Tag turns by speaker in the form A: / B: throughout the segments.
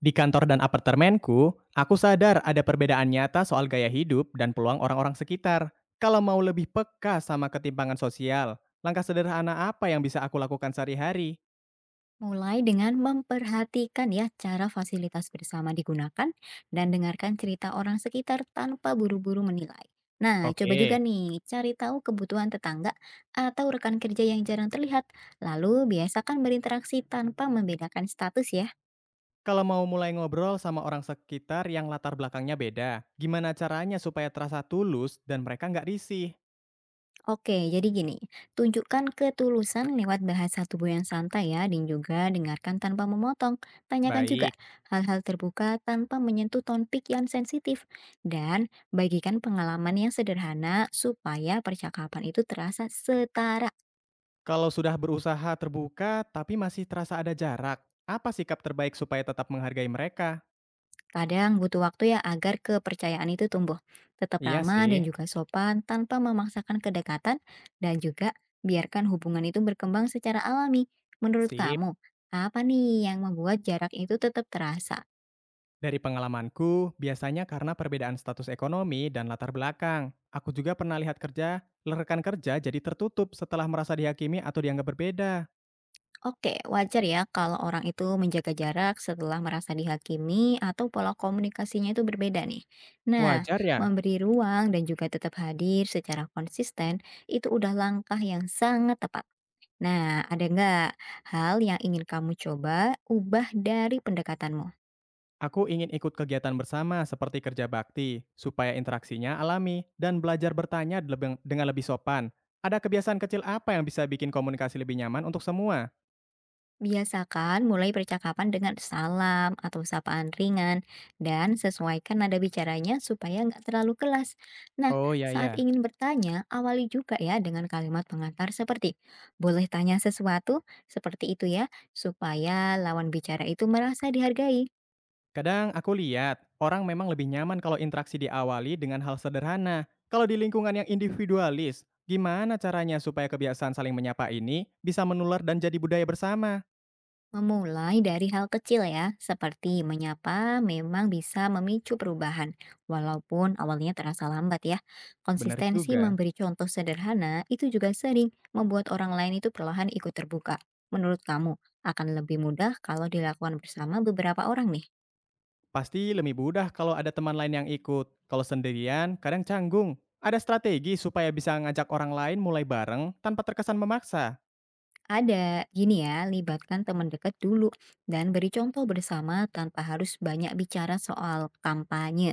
A: Di kantor dan apartemenku, aku sadar ada perbedaan nyata soal gaya hidup dan peluang orang-orang sekitar. Kalau mau lebih peka sama ketimpangan sosial, langkah sederhana apa yang bisa aku lakukan sehari-hari?
B: Mulai dengan memperhatikan ya cara fasilitas bersama digunakan dan dengarkan cerita orang sekitar tanpa buru-buru menilai. Nah, coba
A: Oke,
B: juga nih cari tahu kebutuhan tetangga atau rekan kerja yang jarang terlihat. Lalu biasakan berinteraksi tanpa membedakan status ya.
A: kalau mau mulai ngobrol sama orang sekitar yang latar belakangnya beda, gimana caranya supaya terasa tulus dan mereka nggak risih?
B: Oke, jadi gini, tunjukkan ketulusan lewat bahasa tubuh yang santai ya, dan juga dengarkan tanpa memotong. Tanyakan juga
A: Baik,
B: hal-hal terbuka tanpa menyentuh topik yang sensitif. Dan bagikan pengalaman yang sederhana supaya percakapan itu terasa setara.
A: kalau sudah berusaha terbuka tapi masih terasa ada jarak, apa sikap terbaik supaya tetap menghargai mereka?
B: Kadang butuh waktu ya agar kepercayaan itu tumbuh. Tetap
A: Iya
B: ramah
A: sih,
B: dan juga sopan tanpa memaksakan kedekatan dan juga biarkan hubungan itu berkembang secara alami. Menurut
A: sip.
B: kamu, apa nih yang membuat jarak itu tetap terasa?
A: Dari pengalamanku, biasanya karena perbedaan status ekonomi dan latar belakang. Aku juga pernah lihat rekan kerja jadi tertutup setelah merasa dihakimi atau dianggap berbeda.
B: Oke, wajar ya kalau orang itu menjaga jarak setelah merasa dihakimi atau pola komunikasinya itu berbeda nih. Nah,
A: Wajar ya,
B: memberi ruang dan juga tetap hadir secara konsisten itu udah langkah yang sangat tepat. Nah, ada nggak hal yang ingin kamu coba ubah dari pendekatanmu?
A: aku ingin ikut kegiatan bersama seperti kerja bakti, supaya interaksinya alami dan belajar dengan lebih sopan. Ada kebiasaan kecil apa yang bisa bikin komunikasi lebih nyaman untuk semua?
B: Biasakan mulai percakapan dengan salam atau sapaan ringan dan sesuaikan nada bicaranya supaya nggak terlalu kelas. Nah,
A: Oh ya
B: saat
A: ya,
B: ingin bertanya, awali juga ya dengan kalimat pengantar seperti boleh tanya sesuatu seperti itu ya, supaya lawan bicara itu merasa dihargai.
A: kadang aku lihat, orang memang lebih nyaman kalau interaksi diawali dengan hal sederhana. Kalau di lingkungan yang individualis, gimana caranya supaya kebiasaan saling menyapa ini bisa menular dan jadi budaya bersama?
B: Memulai dari hal kecil ya, seperti menyapa memang bisa memicu perubahan, walaupun awalnya terasa lambat ya.
A: Benar
B: Konsistensi
A: juga.
B: memberi contoh sederhana itu juga sering membuat orang lain itu perlahan ikut terbuka. Menurut kamu, akan lebih mudah kalau dilakukan bersama beberapa orang nih?
A: Pasti lebih mudah kalau ada teman lain yang ikut. Kalau sendirian, kadang canggung. Ada strategi supaya bisa ngajak orang lain mulai bareng tanpa terkesan memaksa.
B: Ada, gini ya, libatkan teman dekat dulu dan beri contoh bersama tanpa harus banyak bicara soal kampanye.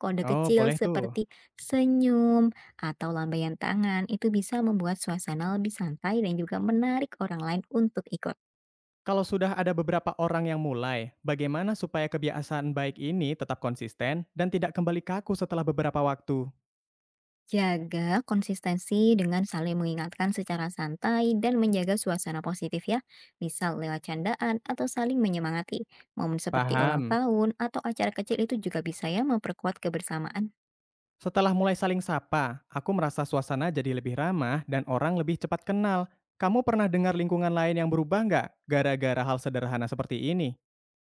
B: Kode
A: Oh,
B: kecil
A: boleh tuh.
B: seperti senyum atau lambaian tangan itu bisa membuat suasana lebih santai dan juga menarik orang lain untuk ikut.
A: Kalau sudah ada beberapa orang yang mulai, bagaimana supaya kebiasaan baik ini tetap konsisten dan tidak kembali kaku setelah beberapa waktu?
B: Jaga konsistensi dengan saling mengingatkan secara santai dan menjaga suasana positif ya, misal lewat candaan atau saling menyemangati. Momen seperti ulang
A: Paham.
B: tahun atau acara kecil itu juga bisa ya memperkuat kebersamaan.
A: Setelah mulai saling sapa, aku merasa suasana jadi lebih ramah dan orang lebih cepat kenal. Kamu pernah dengar lingkungan lain yang berubah nggak gara-gara hal sederhana seperti ini?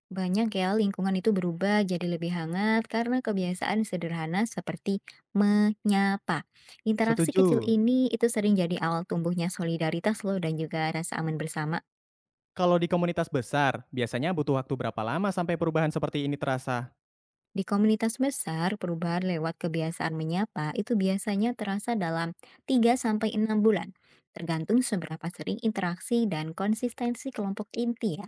B: Banyak ya, lingkungan itu berubah jadi lebih hangat karena kebiasaan sederhana seperti menyapa. Interaksi kecil
A: Setuju.
B: ini itu sering jadi awal tumbuhnya solidaritas loh dan juga rasa aman bersama.
A: Kalau di komunitas besar, biasanya butuh waktu berapa lama sampai perubahan seperti ini terasa?
B: Di komunitas besar, perubahan lewat kebiasaan menyapa itu biasanya terasa dalam 3 sampai 6 bulan, tergantung seberapa sering interaksi dan konsistensi kelompok inti ya.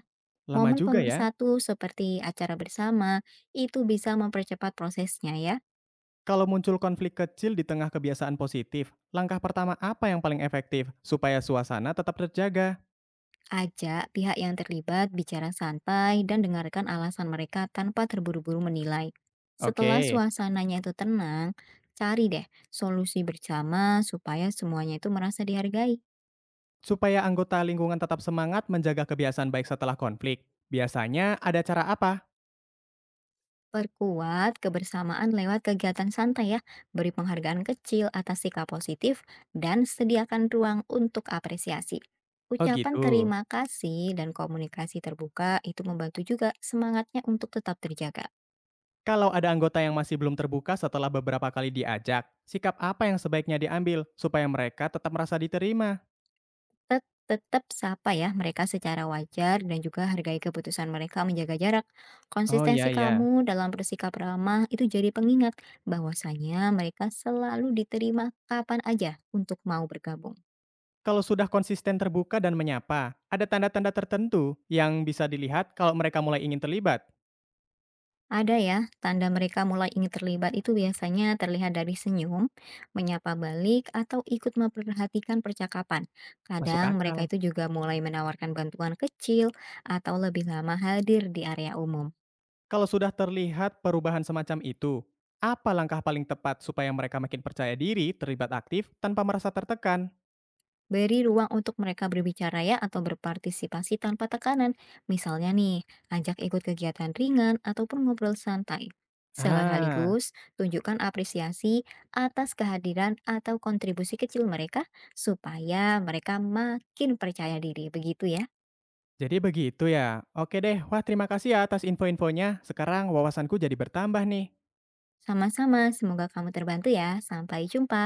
A: Lama
B: Momen
A: juga ya.
B: pemersatu seperti acara bersama itu bisa mempercepat prosesnya ya.
A: Kalau muncul konflik kecil di tengah kebiasaan positif, langkah pertama apa yang paling efektif supaya suasana tetap terjaga?
B: Ajak pihak yang terlibat bicara santai dan dengarkan alasan mereka tanpa terburu-buru menilai. Setelah
A: Oke,
B: suasananya itu tenang, cari deh solusi bersama supaya semuanya itu merasa dihargai.
A: supaya anggota lingkungan tetap semangat menjaga kebiasaan baik setelah konflik. Biasanya ada cara apa?
B: Perkuat kebersamaan lewat kegiatan santai ya, beri penghargaan kecil atas sikap positif dan sediakan ruang untuk apresiasi.
A: Oh
B: Ucapan
A: gitu.
B: terima kasih dan komunikasi terbuka itu membantu juga semangatnya untuk tetap terjaga.
A: Kalau ada anggota yang masih belum terbuka setelah beberapa kali diajak, sikap apa yang sebaiknya diambil supaya mereka tetap merasa diterima?
B: Tetap sapa ya mereka secara wajar dan juga hargai keputusan mereka menjaga jarak.
A: Oh
B: Konsistensi
A: iya ya.
B: kamu dalam bersikap ramah itu jadi pengingat bahwasanya mereka selalu diterima kapan aja untuk mau bergabung.
A: Kalau sudah konsisten terbuka dan menyapa, ada tanda-tanda tertentu yang bisa dilihat kalau mereka mulai ingin terlibat.
B: Ada ya, tanda mereka mulai ingin terlibat itu biasanya terlihat dari senyum, menyapa balik, atau ikut memperhatikan percakapan.
A: Masuk
B: Kadang mereka
A: akal.
B: itu juga mulai menawarkan bantuan kecil atau lebih lama hadir di area umum.
A: Kalau sudah terlihat perubahan semacam itu, apa langkah paling tepat supaya mereka makin percaya diri, terlibat aktif, tanpa merasa tertekan?
B: Beri ruang untuk mereka berbicara ya atau berpartisipasi tanpa tekanan. Misalnya nih, ajak ikut kegiatan ringan ataupun ngobrol santai.
A: Ah,
B: Sekaligus, tunjukkan apresiasi atas kehadiran atau kontribusi kecil mereka supaya mereka makin percaya diri. Begitu ya.
A: jadi begitu ya. Oke deh, wah terima kasih ya atas info-infonya. Sekarang wawasanku jadi bertambah nih.
B: Sama-sama, semoga kamu terbantu ya. Sampai jumpa.